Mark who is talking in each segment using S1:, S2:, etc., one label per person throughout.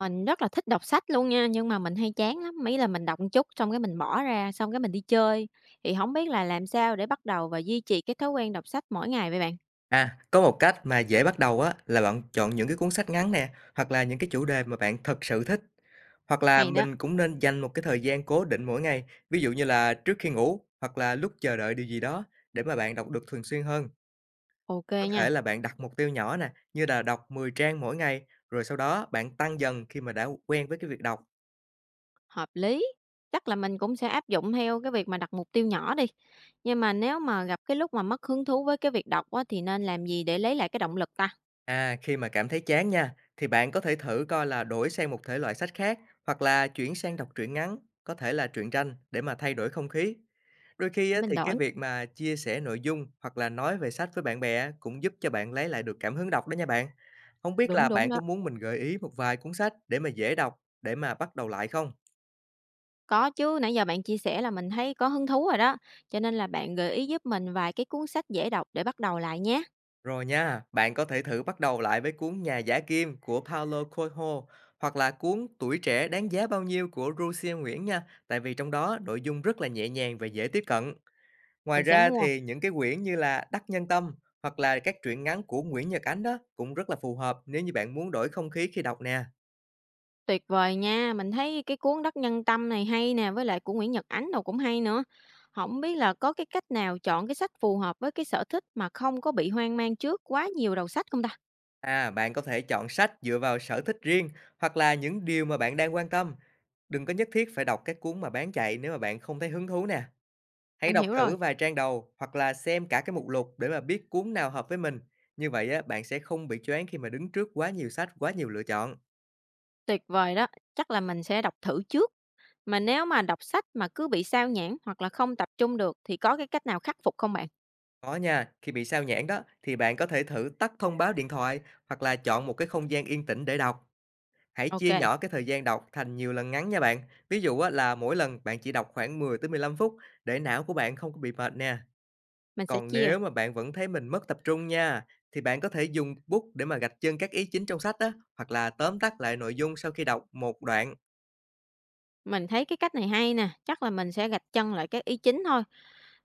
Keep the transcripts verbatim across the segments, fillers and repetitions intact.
S1: Mình rất là thích đọc sách luôn nha, nhưng mà mình hay chán lắm, ý là mình đọc một chút xong cái mình bỏ ra, xong cái mình đi chơi. Thì không biết là làm sao để bắt đầu và duy trì cái thói quen đọc sách mỗi ngày vậy bạn?
S2: À, có một cách mà dễ bắt đầu á là bạn chọn những cái cuốn sách ngắn nè, hoặc là những cái chủ đề mà bạn thật sự thích. Hoặc là
S1: Hay đó,
S2: mình cũng nên dành một cái thời gian cố định mỗi ngày, ví dụ như là trước khi ngủ hoặc là lúc chờ đợi điều gì đó để mà bạn đọc được thường xuyên hơn.
S1: ok
S2: Có
S1: nha,
S2: thể là bạn đặt mục tiêu nhỏ nè, như là đọc mười trang mỗi ngày, rồi sau đó bạn tăng dần khi mà đã quen với cái việc đọc.
S1: hợp lý. Chắc là mình cũng sẽ áp dụng theo cái việc mà đặt mục tiêu nhỏ đi. Nhưng mà nếu mà gặp cái lúc mà mất hứng thú với cái việc đọc á, thì nên làm gì để lấy lại cái động lực ta?
S2: À, khi mà cảm thấy chán nha, thì bạn có thể thử coi là đổi sang một thể loại sách khác, hoặc là chuyển sang đọc truyện ngắn, có thể là truyện tranh để mà thay đổi không khí. Đôi khi á,
S1: Để mình
S2: thì cái
S1: đổi.
S2: việc mà chia sẻ nội dung hoặc là nói về sách với bạn bè cũng giúp cho bạn lấy lại được cảm hứng đọc đó nha bạn. Không biết
S1: Đúng,
S2: là
S1: đúng
S2: bạn
S1: đó.
S2: có muốn mình gợi ý một vài cuốn sách để mà dễ đọc, để mà bắt đầu lại không?
S1: Có chứ, nãy giờ bạn chia sẻ là mình thấy có hứng thú rồi đó, cho nên là bạn gợi ý giúp mình vài cái cuốn sách dễ đọc để bắt đầu lại nhé,
S2: Rồi nha, bạn có thể thử bắt đầu lại với cuốn Nhà giả kim của Paulo Coelho, hoặc là cuốn Tuổi trẻ đáng giá bao nhiêu của Rusia Nguyễn nha, tại vì trong đó nội dung rất là nhẹ nhàng và dễ tiếp cận. Ngoài
S1: mình sẽ
S2: ra
S1: mua.
S2: thì những cái quyển như là Đắc Nhân Tâm, hoặc là các truyện ngắn của Nguyễn Nhật Ánh đó cũng rất là phù hợp nếu như bạn muốn đổi không khí khi đọc nè.
S1: Tuyệt vời nha, mình thấy cái cuốn Đất Nhân Tâm này hay nè, với lại của Nguyễn Nhật Ánh đâu cũng hay nữa. Không biết là có cái cách nào chọn cái sách phù hợp với cái sở thích mà không có bị hoang mang trước quá nhiều đầu sách không ta?
S2: À, bạn có thể chọn sách dựa vào sở thích riêng, hoặc là những điều mà bạn đang quan tâm. Đừng có nhất thiết phải đọc các cuốn mà bán chạy nếu mà bạn không thấy hứng thú nè. Hãy
S1: Mình
S2: đọc
S1: hiểu rồi,
S2: thử vài trang đầu hoặc là xem cả cái mục lục để mà biết cuốn nào hợp với mình. Như vậy á, bạn sẽ không bị choáng khi mà đứng trước quá nhiều sách, quá nhiều lựa chọn.
S1: tuyệt vời đó, chắc là mình sẽ đọc thử trước. Mà nếu mà đọc sách mà cứ bị sao nhãng hoặc là không tập trung được thì có cái cách nào khắc phục không bạn?
S2: Có nha, khi bị sao nhãng đó thì bạn có thể thử tắt thông báo điện thoại, hoặc là chọn một cái không gian yên tĩnh để đọc. Hãy
S1: Ok,
S2: chia nhỏ cái thời gian đọc thành nhiều lần ngắn nha bạn. Ví dụ á, là mỗi lần bạn chỉ đọc khoảng mười tới mười lăm phút để não của bạn không có bị mệt nè.
S1: mình sẽ
S2: Còn
S1: chia.
S2: nếu mà bạn vẫn thấy mình mất tập trung nha, thì bạn có thể dùng bút để mà gạch chân các ý chính trong sách á, hoặc là tóm tắt lại nội dung sau khi đọc một đoạn.
S1: Mình thấy cái cách này hay nè, chắc là mình sẽ gạch chân lại cái ý chính thôi.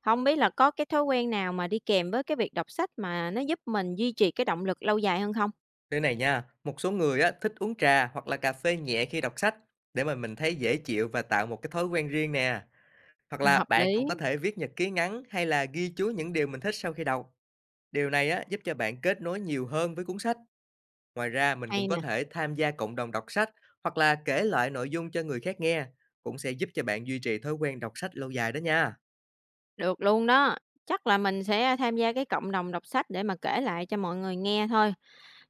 S1: Không biết là có cái thói quen nào mà đi kèm với cái việc đọc sách mà nó giúp mình duy trì cái động lực lâu dài hơn không?
S2: Đây này nha, một số người á thích uống trà hoặc là cà phê nhẹ khi đọc sách để mà mình thấy dễ chịu và tạo một cái thói quen riêng nè. Hoặc
S1: Ừm,
S2: là
S1: hợp
S2: bạn
S1: lý,
S2: cũng có thể viết nhật ký ngắn hay là ghi chú những điều mình thích sau khi đọc. Điều này á giúp cho bạn kết nối nhiều hơn với cuốn sách. Ngoài ra, mình cũng
S1: hay
S2: có
S1: nè,
S2: thể tham gia cộng đồng đọc sách, hoặc là kể lại nội dung cho người khác nghe, cũng sẽ giúp cho bạn duy trì thói quen đọc sách lâu dài đó nha.
S1: được luôn đó. Chắc là mình sẽ tham gia cái cộng đồng đọc sách để mà kể lại cho mọi người nghe thôi.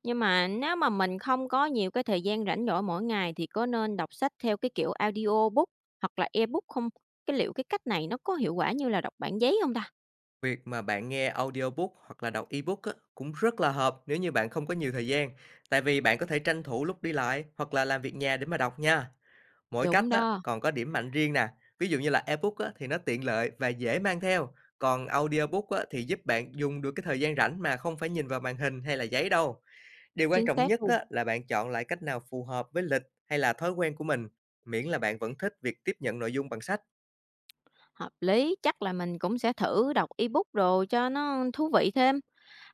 S1: Nhưng mà nếu mà mình không có nhiều cái thời gian rảnh rỗi mỗi ngày thì có nên đọc sách theo cái kiểu audiobook hoặc là ebook không? Cái liệu cái cách này nó có hiệu quả như là đọc bản giấy không ta?
S2: Việc mà bạn nghe audiobook hoặc là đọc ebook á, cũng rất là hợp nếu như bạn không có nhiều thời gian, tại vì bạn có thể tranh thủ lúc đi lại hoặc là làm việc nhà để mà đọc nha. Mỗi cách
S1: Đúng
S2: á,
S1: đó,
S2: còn có điểm mạnh riêng nè, ví dụ như là ebook á, thì nó tiện lợi và dễ mang theo, còn audiobook á, thì giúp bạn dùng được cái thời gian rảnh mà không phải nhìn vào màn hình hay là giấy đâu. Điều quan
S1: chính
S2: trọng
S1: xác
S2: nhất
S1: luôn.
S2: á, là bạn chọn lại cách nào phù hợp với lịch hay là thói quen của mình, miễn là bạn vẫn thích việc tiếp nhận nội dung bằng sách.
S1: Hợp lý, chắc là mình cũng sẽ thử đọc ebook đồ cho nó thú vị thêm.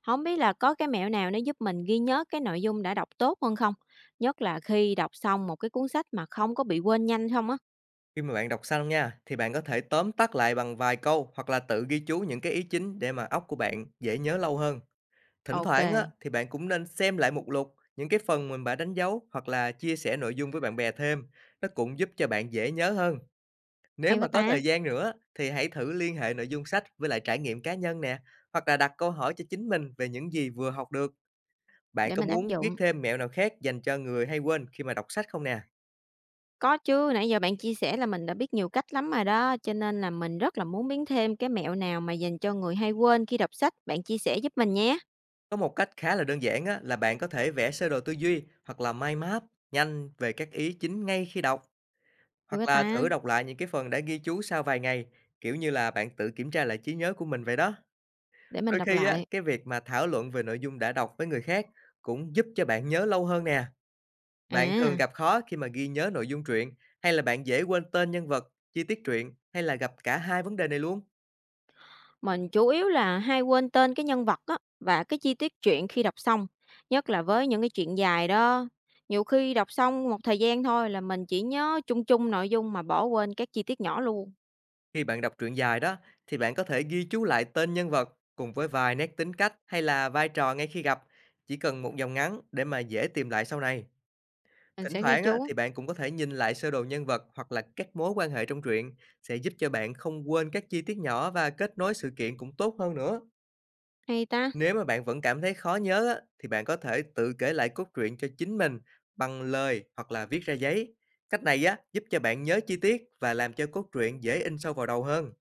S1: Không biết là có cái mẹo nào để giúp mình ghi nhớ cái nội dung đã đọc tốt hơn không? Nhất là khi đọc xong một cái cuốn sách mà không có bị quên nhanh không á.
S2: Khi mà bạn đọc xong nha, thì bạn có thể tóm tắt lại bằng vài câu hoặc là tự ghi chú những cái ý chính để mà óc của bạn dễ nhớ lâu hơn. Thỉnh
S1: Ok,
S2: thoảng á, thì bạn cũng nên xem lại mục lục, những cái phần mình đã đánh dấu hoặc là chia sẻ nội dung với bạn bè thêm. Nó cũng giúp cho bạn dễ nhớ hơn. Nếu
S1: hay
S2: mà
S1: quá
S2: có
S1: ta,
S2: thời gian nữa thì hãy thử liên hệ nội dung sách với lại trải nghiệm cá nhân nè, hoặc là đặt câu hỏi cho chính mình về những gì vừa học được. Bạn
S1: để
S2: có
S1: mình áp
S2: muốn
S1: dụng.
S2: biết thêm mẹo nào khác dành cho người hay quên khi mà đọc sách không nè?
S1: Có chứ, nãy giờ bạn chia sẻ là mình đã biết nhiều cách lắm rồi đó, cho nên là mình rất là muốn biết thêm cái mẹo nào mà dành cho người hay quên khi đọc sách. Bạn chia sẻ giúp mình nhé.
S2: Có một cách khá là đơn giản á, là bạn có thể vẽ sơ đồ tư duy hoặc là mind map nhanh về các ý chính ngay khi đọc,
S1: Hay
S2: hoặc
S1: quá
S2: là
S1: ta,
S2: thử đọc lại những cái phần đã ghi chú sau vài ngày, kiểu như là bạn tự kiểm tra lại trí nhớ của mình vậy đó.
S1: để mình
S2: Đôi
S1: đọc
S2: khi á,
S1: lại.
S2: cái việc mà thảo luận về nội dung đã đọc với người khác cũng giúp cho bạn nhớ lâu hơn nè. Bạn thường
S1: À.
S2: gặp khó khi mà ghi nhớ nội dung truyện, hay là bạn dễ quên tên nhân vật, chi tiết truyện, hay là gặp cả hai vấn đề này luôn?
S1: Mình chủ yếu là hay quên tên cái nhân vật á, và cái chi tiết truyện khi đọc xong, nhất là với những cái chuyện dài đó. Nhiều khi đọc xong một thời gian thôi là mình chỉ nhớ chung chung nội dung mà bỏ quên các chi tiết nhỏ luôn.
S2: Khi bạn đọc truyện dài đó, thì bạn có thể ghi chú lại tên nhân vật cùng với vài nét tính cách hay là vai trò ngay khi gặp, chỉ cần một dòng ngắn để mà dễ tìm lại sau này.
S1: Mình
S2: Thỉnh
S1: sẽ ghi
S2: thoảng á,
S1: chú.
S2: thì bạn cũng có thể nhìn lại sơ đồ nhân vật hoặc là các mối quan hệ trong truyện sẽ giúp cho bạn không quên các chi tiết nhỏ và kết nối sự kiện cũng tốt hơn nữa.
S1: Hay ta,
S2: Nếu mà bạn vẫn cảm thấy khó nhớ á, thì bạn có thể tự kể lại cốt truyện cho chính mình bằng lời hoặc là viết ra giấy. Cách này á giúp cho bạn nhớ chi tiết và làm cho cốt truyện dễ in sâu vào đầu hơn.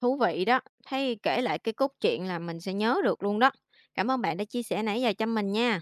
S1: thú vị đó. Thấy kể lại cái cốt truyện là mình sẽ nhớ được luôn đó. Cảm ơn bạn đã chia sẻ nãy giờ cho mình nha.